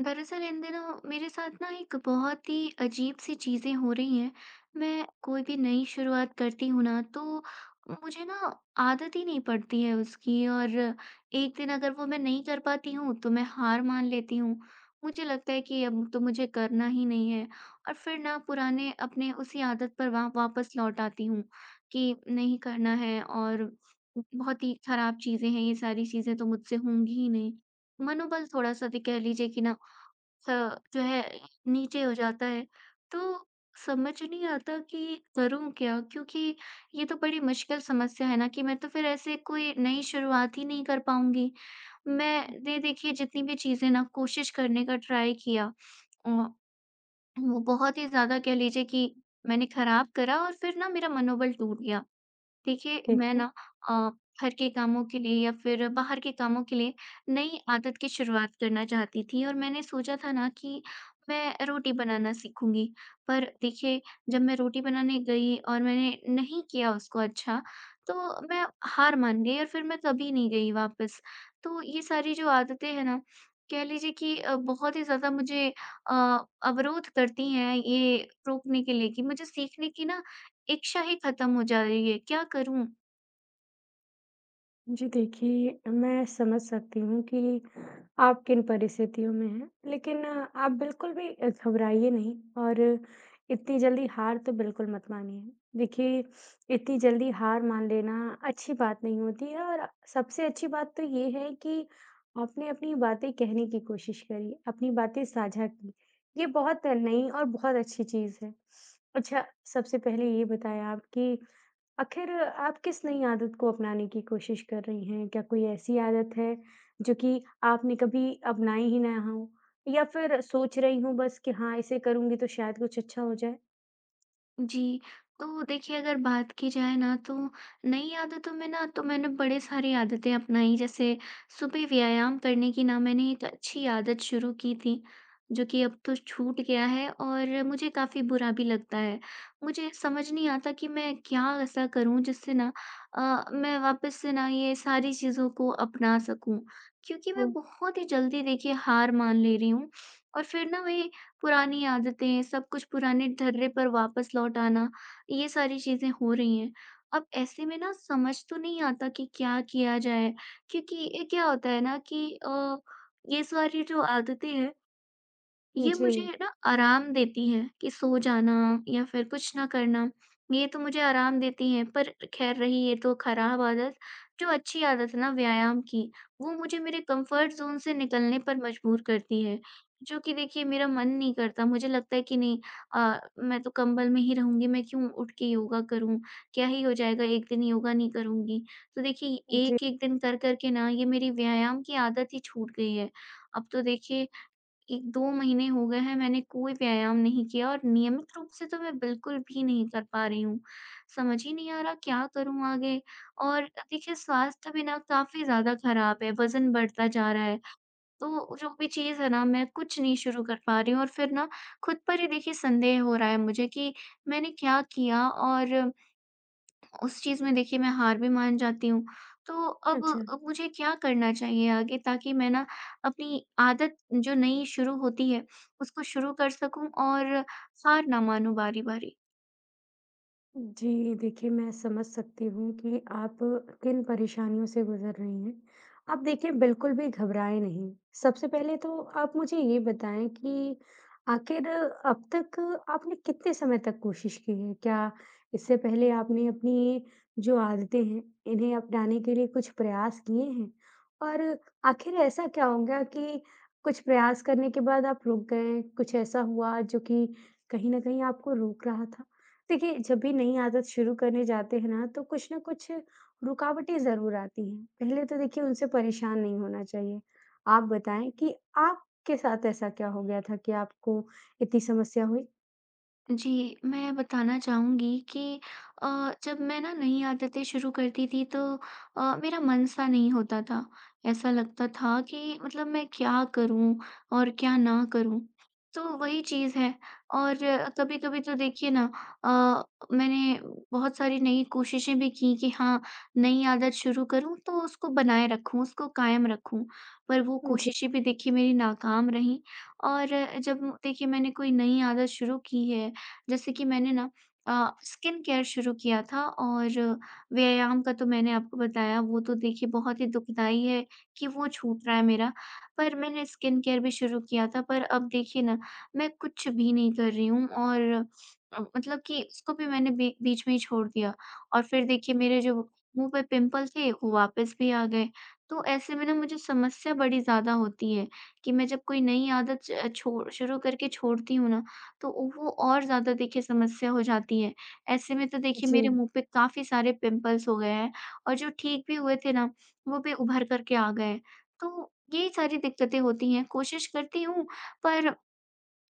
दरअसल इन दिनों मेरे साथ ना एक बहुत ही अजीब सी चीज़ें हो रही हैं। मैं कोई भी नई शुरुआत करती हूँ ना तो मुझे ना आदत ही नहीं पड़ती है उसकी, और एक दिन अगर वो मैं नहीं कर पाती हूँ तो मैं हार मान लेती हूँ। मुझे लगता है कि अब तो मुझे करना ही नहीं है, और फिर ना पुराने अपने उसी आदत पर वा वापस लौट आती हूँ कि नहीं करना है, और बहुत ही खराब चीज़ें हैं, ये सारी चीज़ें तो मुझसे होंगी ही नहीं। मनोबल थोड़ा-सा भी कह लीजिए कि ना, सा जो है, नीचे हो जाता है। तो समझ नहीं आता कि करूँ क्या? क्योंकि ये तो बड़ी मुश्किल समस्या है ना, कि मैं तो फिर ऐसे कोई नई शुरुआत ही नहीं कर पाऊँगी। मैंने देखिए जितनी भी चीज़ें ना कोशिश करने का ट्राई किया, अ, वो बहुत ही ज़्यादा कह लीजिए कि मैंने खराब करा, और फिर ना मेरा मनोबल टूट गया। देखिए, मैं बिल्कुल। ना अ, घर के कामों के लिए या फिर बाहर के कामों के लिए नई आदत की शुरुआत करना चाहती थी, और मैंने सोचा था ना कि मैं रोटी बनाना सीखूँगी। पर देखिए, जब मैं रोटी बनाने गई और मैंने नहीं किया उसको अच्छा, तो मैं हार मान गई, और फिर मैं कभी नहीं गई वापस। तो ये सारी जो आदतें हैं ना, कह लीजिए कि बहुत ही ज़्यादा मुझे अ, अवरोध करती हैं, ये रोकने के लिए कि मुझे सीखने की ना इच्छा ही खत्म हो जा रही है, क्या करूँ? जी देखिए, मैं समझ सकती हूँ कि आप किन परिस्थितियों में हैं, लेकिन आप बिल्कुल भी घबराइए नहीं और इतनी जल्दी हार तो बिल्कुल मत मानिए। देखिए, इतनी जल्दी हार मान लेना अच्छी बात नहीं होती है और सबसे अच्छी बात तो ये है कि आपने अपनी बातें कहने की कोशिश करी, अपनी बातें साझा की। ये बहुत नई और बहुत अच्छी चीज़ है। अच्छा, सबसे पहले ये बताएँ आप कि आखिर आप किस नई आदत को अपनाने की कोशिश कर रही हैं? क्या कोई ऐसी आदत है जो कि आपने कभी अपनाई ही ना हो? या फिर सोच रही हो बस कि हाँ, इसे करूँगी तो शायद कुछ अच्छा हो जाए? जी, तो देखिए अगर बात की जाए ना, तो नई आदतों में ना तो मैंने बड़े सारी आदतें अपनाई, जैसे सुबह व्यायाम करने की ना मैंने एक अच्छी आदत शुरू की थी, जो कि अब तो छूट गया है और मुझे काफ़ी बुरा भी लगता है। मुझे समझ नहीं आता कि मैं क्या ऐसा करूँ जिससे ना मैं वापस से ना ये सारी चीज़ों को अपना सकूँ? क्योंकि मैं हुँ। बहुत ही जल्दी देखिए हार मान ले रही हूँ, और फिर ना मैं पुरानी आदतें, सब कुछ पुराने ढर्रे पर वापस लौट आना, ये सारी चीज़ें हो रही हैं। अब ऐसे में ना समझ तो नहीं आता कि क्या किया जाए? क्योंकि ये क्या होता है ना कि ये सारी जो आदतें हैं, ये जी, मुझे ना आराम देती है कि सो जाना या फिर कुछ ना करना, ये तो मुझे आराम देती है। पर ख़ैर, रही ये तो ख़राब आदत, जो अच्छी आदत है ना व्यायाम की, वो मुझे मेरे कंफ़र्ट ज़ोन से निकलने पर मजबूर करती है। जो कि देखिए मेरा मन नहीं करता, मुझे लगता है कि नहीं, मैं तो कंबल में ही रहूँगी, मैं क्यों उठ के योगा करूँ? क्या ही हो जाएगा, 1 दिन योगा नहीं करूँगी। तो देखिए, जी। एक-एक दिन कर-कर के ना ये मेरी व्यायाम की आदत ही छूट गई है। अब तो देखिए एक 2 महीने हो गए हैं, मैंने कोई व्यायाम नहीं किया, और नियमित रूप से तो मैं बिल्कुल भी नहीं कर पा रही हूँ। समझ ही नहीं आ रहा, क्या करूँ आगे? और देखिए स्वास्थ्य भी ना काफ़ी ज़्यादा ख़राब है, वज़न बढ़ता जा रहा है। तो जो भी चीज़ है ना, मैं कुछ नहीं शुरू कर पा रही हूँ, और फिर ना खुद पर ही देखिए संदेह हो रहा है मुझे कि मैंने क्या किया, और उस चीज़ में देखिए मैं हार भी मान जाती हूँ। तो अब अच्छा। अब मुझे क्या करना चाहिए आगे, ताकि मैं ना अपनी आदत जो नई शुरू होती है, उसको शुरू कर सकूँ और हार ना मानूँ बारी-बारी? जी, देखिए मैं समझ सकती हूँ कि आप किन परेशानियों से गुज़र रही हैं। आप देखिए बिल्कुल भी घबराएँ नहीं। सबसे पहले तो आप मुझे ये बताएँ कि आखिर अब तक आपने कितने समय तक कोशिश की है? क्या इससे पहले आपने अपनी जो आदतें हैं, इन्हें अपनाने के लिए कुछ प्रयास किए हैं? और आखिर ऐसा क्या हो गया कि कुछ प्रयास करने के बाद आप रुक गए? कुछ ऐसा हुआ जो कि कहीं न कहीं आपको रोक रहा था? देखिए, जब भी नई आदत शुरू करने जाते हैं ना, तो कुछ न कुछ रुकावटें ज़रूर आती हैं। पहले तो देखिए उनसे परेशान नहीं होना चाहिए। आप बताएँ कि आपके साथ ऐसा क्या हो गया था कि आपको इतनी समस्या हुई? जी, मैं बताना चाहूँगी कि जब मैं ना नई आदतें शुरू करती थी तो मेरा मन सा नहीं होता था। ऐसा लगता था कि मतलब मैं क्या करूँ और क्या ना करूँ? तो वही चीज़ है, और कभी-कभी तो देखिए ना, अ, मैंने बहुत सारी नई कोशिशें भी की कि हाँ, नई आदत शुरू करूँ तो उसको बनाए रखूँ, उसको कायम रखूँ। पर वो जी, कोशिशें भी देखिए मेरी नाकाम रहीं, और जब देखिए मैंने कोई नई आदत शुरू की है, जैसे कि मैंने ना अ, स्किन केयर शुरू किया था, और व्यायाम का तो मैंने आपको बताया, वो तो देखिए बहुत ही दुखदाई है कि वो छूट रहा है मेरा। पर मैंने स्किन केयर भी शुरू किया था, पर अब देखिए ना, मैं कुछ भी नहीं कर रही हूँ, और मतलब कि उसको भी मैंने बी बीच में ही छोड़ दिया, और फिर देखिए मेरे जो मुँह पे पिंपल थे, वो वापस भी आ गए। तो ऐसे में ना मुझे समस्या बड़ी ज़्यादा होती है कि मैं जब कोई नई आदत च छोड़ शुरू करके छोड़ती हूँ ना, तो वो और ज़्यादा देखिए समस्या हो जाती है। ऐसे में तो देखिए जी। मेरे मुँह पे काफ़ी सारे पिंपल्स हो गए हैं, और जो ठीक भी हुए थे ना, वो भी उभर कर के आ गए। तो ये सारी दिक्कतें होती हैं, कोशिश करती हूँ, पर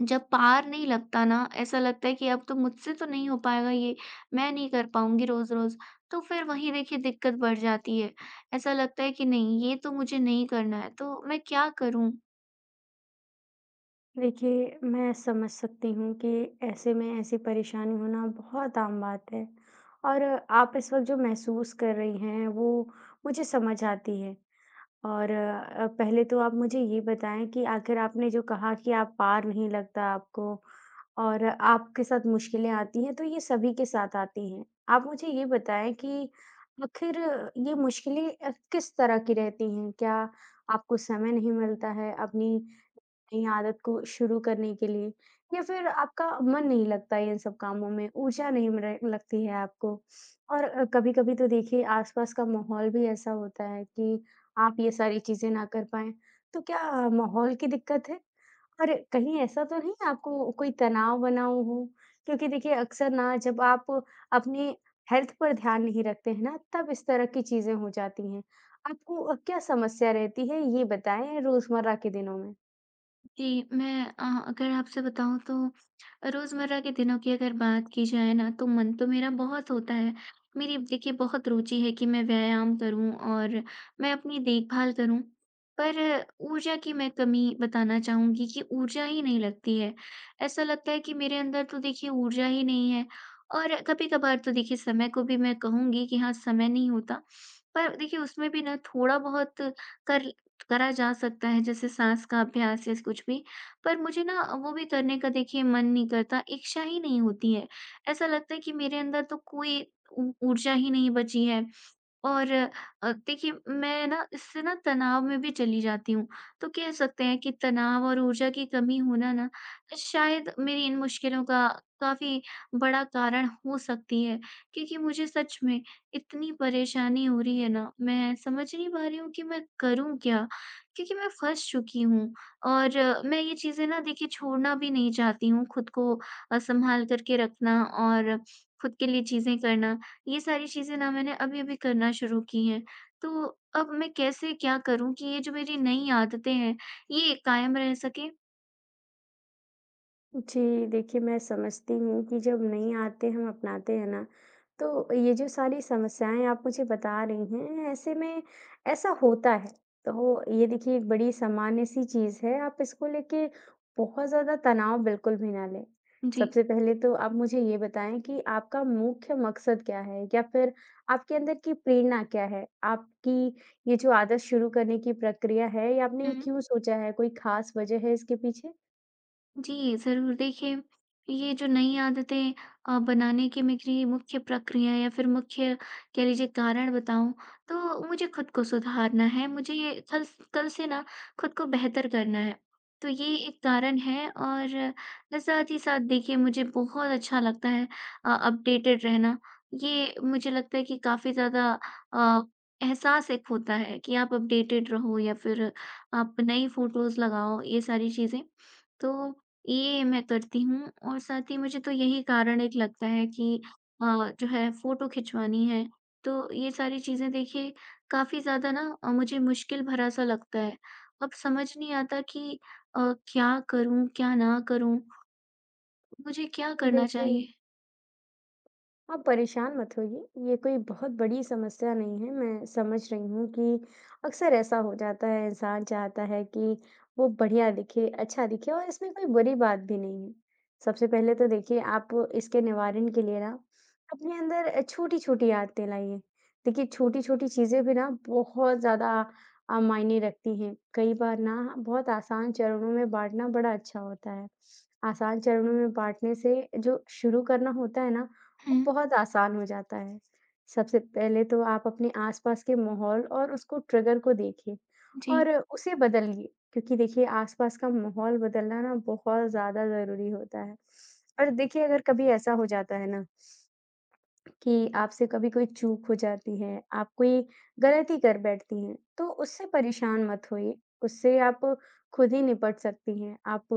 जब पार नहीं लगता ना, ऐसा लगता है कि अब तो मुझसे तो नहीं हो पाएगा ये, मैं नहीं कर पाऊँगी रोज़-रोज़, तो फिर वही देखिए दिक्कत बढ़ जाती है। ऐसा लगता है कि नहीं, ये तो मुझे नहीं करना है, तो मैं क्या करूँ? देखिए, मैं समझ सकती हूँ कि ऐसे में ऐसी परेशानी होना बहुत आम बात है और आप इस वक़्त जो महसूस कर रही हैं, वो मुझे समझ आती है। और पहले तो आप मुझे ये बताएँ कि आखिर आपने जो कहा कि आप पार नहीं लगता आपको और आपके साथ मुश्किलें आती हैं, तो ये सभी के साथ आती हैं। आप मुझे ये बताएँ कि आखिर ये मुश्किलें किस तरह की रहती हैं? क्या आपको समय नहीं मिलता है अपनी नई आदत को शुरू करने के लिए या फिर आपका मन नहीं लगता है इन सब कामों में, ऊर्जा नहीं मिले लगती है आपको। और कभी-कभी तो देखिए आसपास का माहौल भी ऐसा होता है कि आप ये सारी चीज़ें ना कर पाएँ। तो क्या माहौल की दिक्कत है? और कहीं ऐसा तो नहीं आपको कोई तनाव-वनाव हो? क्योंकि देखिए अक्सर ना जब आप अपने हेल्थ पर ध्यान नहीं रखते हैं ना, तब इस तरह की चीज़ें हो जाती हैं। आपको क्या समस्या रहती है ये बताएँ रोज़मर्रा के दिनों में? जी, मैं अगर आपसे बताऊँ तो रोज़मर्रा के दिनों की अगर बात की जाए ना, तो मन तो मेरा बहुत होता है। मेरी देखिए बहुत रुचि है कि मैं व्यायाम करूँ और मैं अपनी देखभाल करूँ। पर ऊर्जा की मैं कमी बताना चाहूँगी कि ऊर्जा ही नहीं लगती है। ऐसा लगता है कि मेरे अंदर तो देखिए ऊर्जा ही नहीं है, और कभी-कभार तो देखिए समय को भी मैं कहूँगी कि हाँ, समय नहीं होता। पर देखिए उसमें भी ना थोड़ा बहुत कर करा जा सकता है, जैसे साँस का अभ्यास या कुछ भी। पर मुझे ना वो भी करने का देखिए मन नहीं करता, इच्छा ही नहीं होती है। ऐसा लगता है कि मेरे अंदर तो कोई ऊ ऊर्जा ही नहीं बची है। और देखिए मैं ना इससे ना तनाव में भी चली जाती हूँ। तो कह सकते हैं कि तनाव और ऊर्जा की कमी होना ना शायद मेरी इन मुश्किलों का काफ़ी बड़ा कारण हो सकती है। क्योंकि मुझे सच में इतनी परेशानी हो रही है ना, मैं समझ नहीं पा रही हूँ कि मैं करूँ क्या? क्योंकि मैं फँस चुकी हूँ, और मैं ये चीज़ें ना देखिए छोड़ना भी नहीं चाहती हूँ, खुद को सँभाल कर के रखना और खुद के लिए चीज़ें करना, ये सारी चीज़ें ना मैंने अभी-अभी करना शुरू की हैं। तो अब मैं कैसे क्या करूँ कि ये जो मेरी नई आदतें हैं, ये कायम रह सकें? जी, देखिए मैं समझती हूँ कि जब नई आदतें हम अपनाते हैं ना, तो ये जो सारी समस्याएँ आप मुझे बता रही हैं, ऐसे में ऐसा होता है। तो ये देखिए एक बड़ी सामान्य-सी चीज़ है, आप इसको लेके बहुत ज़्यादा तनाव बिल्कुल भी ना लें। जी। सबसे पहले तो आप मुझे ये बताएँ कि आपका मुख्य मकसद क्या है? या फिर आपके अंदर की प्रेरणा क्या है? आपकी ये जो आदत शुरू करने की प्रक्रिया है, ये आपने हुँ। क्यों सोचा है? कोई खास वजह है इसके पीछे? जी, ज़रूर। देखिए, ये जो नई आदतें बनाने की मेरी मुख्य प्रक्रिया या फिर मुख्य कह लीजिए कारण बताऊँ, तो मुझे खुद को सुधारना है, मुझे ये कल से ना खुद को बेहतर करना है। तो ये एक कारण है, और साथ ही साथ देखिए मुझे बहुत अच्छा लगता है अपडेटेड रहना। ये मुझे लगता है कि काफ़ी ज़्यादा अ, एहसास एक होता है कि आप अपडेटेड रहो या फिर आप नई फ़ोटोज़ लगाओ, ये सारी चीज़ें। तो ये मैं करती हूँ, और साथ ही मुझे तो यही कारण एक लगता है कि अ, जो है, फ़ोटो खिंचवानी है। तो ये सारी चीज़ें देखिए काफ़ी ज़्यादा ना मुझे मुश्किल भरा-सा लगता है। अब समझ नहीं आता कि क्या करूँ, क्या ना करूँ? मुझे क्या करना देखिए चाहिए? आप परेशान मत होइए, ये कोई बहुत बड़ी समस्या नहीं है। मैं समझ रही हूँ कि अक्सर ऐसा हो जाता है, इंसान चाहता है कि वो बढ़िया दिखे, अच्छा दिखे और इसमें कोई बुरी बात भी नहीं है। सबसे पहले तो देखिए आप इसके निवारण के लिए ना अपने अंदर छोटी-छोटी आदतें लाइए। देखिए छोटी-छोटी चीज़ें भी ना बहुत ज़्यादा मायने रखती हैं। कई बार ना बहुत आसान चरणों में बाँटना बड़ा अच्छा होता है। आसान चरणों में बाँटने से जो शुरू करना होता है ना वो हुँ, बहुत आसान हो जाता है। सबसे पहले तो आप अपने आस-पास के माहौल और उसको ट्रिगर को देखिए जी। और उसे बदलिए क्योंकि देखिए आस-पास का माहौल बदलना ना बहुत ज़्यादा ज़रूरी होता है। और देखिए अगर कभी ऐसा हो जाता है ना कि आपसे कभी कोई चूक हो जाती है, आप कोई गलती कर बैठती हैं, तो उससे परेशान मत होइए, उससे आप खुद ही निपट सकती हैं। आप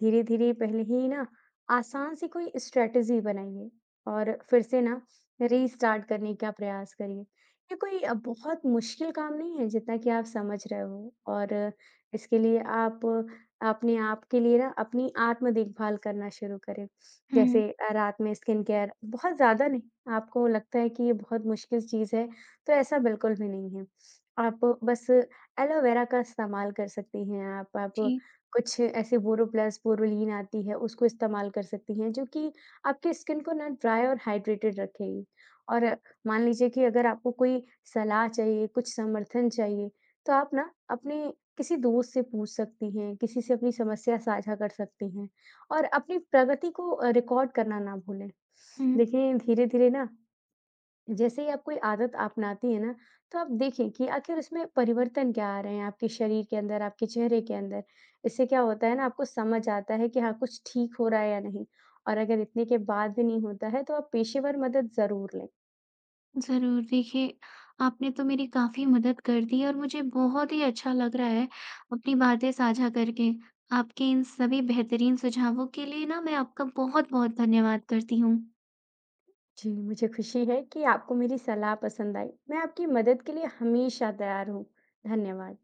धीरे-धीरे पहले ही ना आसान सी कोई स्ट्रैटेजी बनाइए और फिर से ना रीस्टार्ट करने का प्रयास करिए। ये कोई बहुत मुश्किल काम नहीं है जितना कि आप समझ रहे हो और इसके लिए आप अपने आप के लिए ना अपनी आत्म देखभाल करना शुरू करें। हुँ, जैसे रात में स्किन केयर बहुत ज़्यादा नहीं, आपको लगता है कि ये बहुत मुश्किल चीज़ है, तो ऐसा बिल्कुल भी नहीं है। आप बस एलोवेरा का इस्तेमाल कर सकती हैं आप। आप जी। कुछ ऐसे बोरोप्लस, बोरोलीन आती है, उसको इस्तेमाल कर सकती हैं, जो कि आपकी स्किन को ना ड्राई और हाइड्रेटेड रखेगी। और मान लीजिए कि अगर आपको कोई सलाह चाहिए, कुछ समर्थन चाहिए, तो आप ना अपने किसी दोस्त से पूछ सकती हैं, किसी से अपनी समस्या साझा कर सकती हैं। और अपनी प्रगति को रिकॉर्ड करना ना भूलें। हुँ। देखिए, धीरे-धीरे ना जैसे ही आप कोई आदत अपनाती हैं ना, तो आप देखें कि आखिर उसमें परिवर्तन क्या आ रहे हैं आपके शरीर के अंदर, आपके चेहरे के अंदर। इससे क्या होता है ना आपको समझ आता है कि हाँ, कुछ ठीक हो रहा है या नहीं। और अगर इतने के बाद भी नहीं होता है तो आप पेशेवर मदद ज़रूर लें। ज़रूर, देखिए आपने तो मेरी काफ़ी मदद कर दी, और मुझे बहुत ही अच्छा लग रहा है अपनी बातें साझा करके। आपके इन सभी बेहतरीन सुझावों के लिए ना मैं आपका बहुत-बहुत धन्यवाद करती हूँ। जी, मुझे खुशी है कि आपको मेरी सलाह पसंद आई। मैं आपकी मदद के लिए हमेशा तैयार हूँ। धन्यवाद।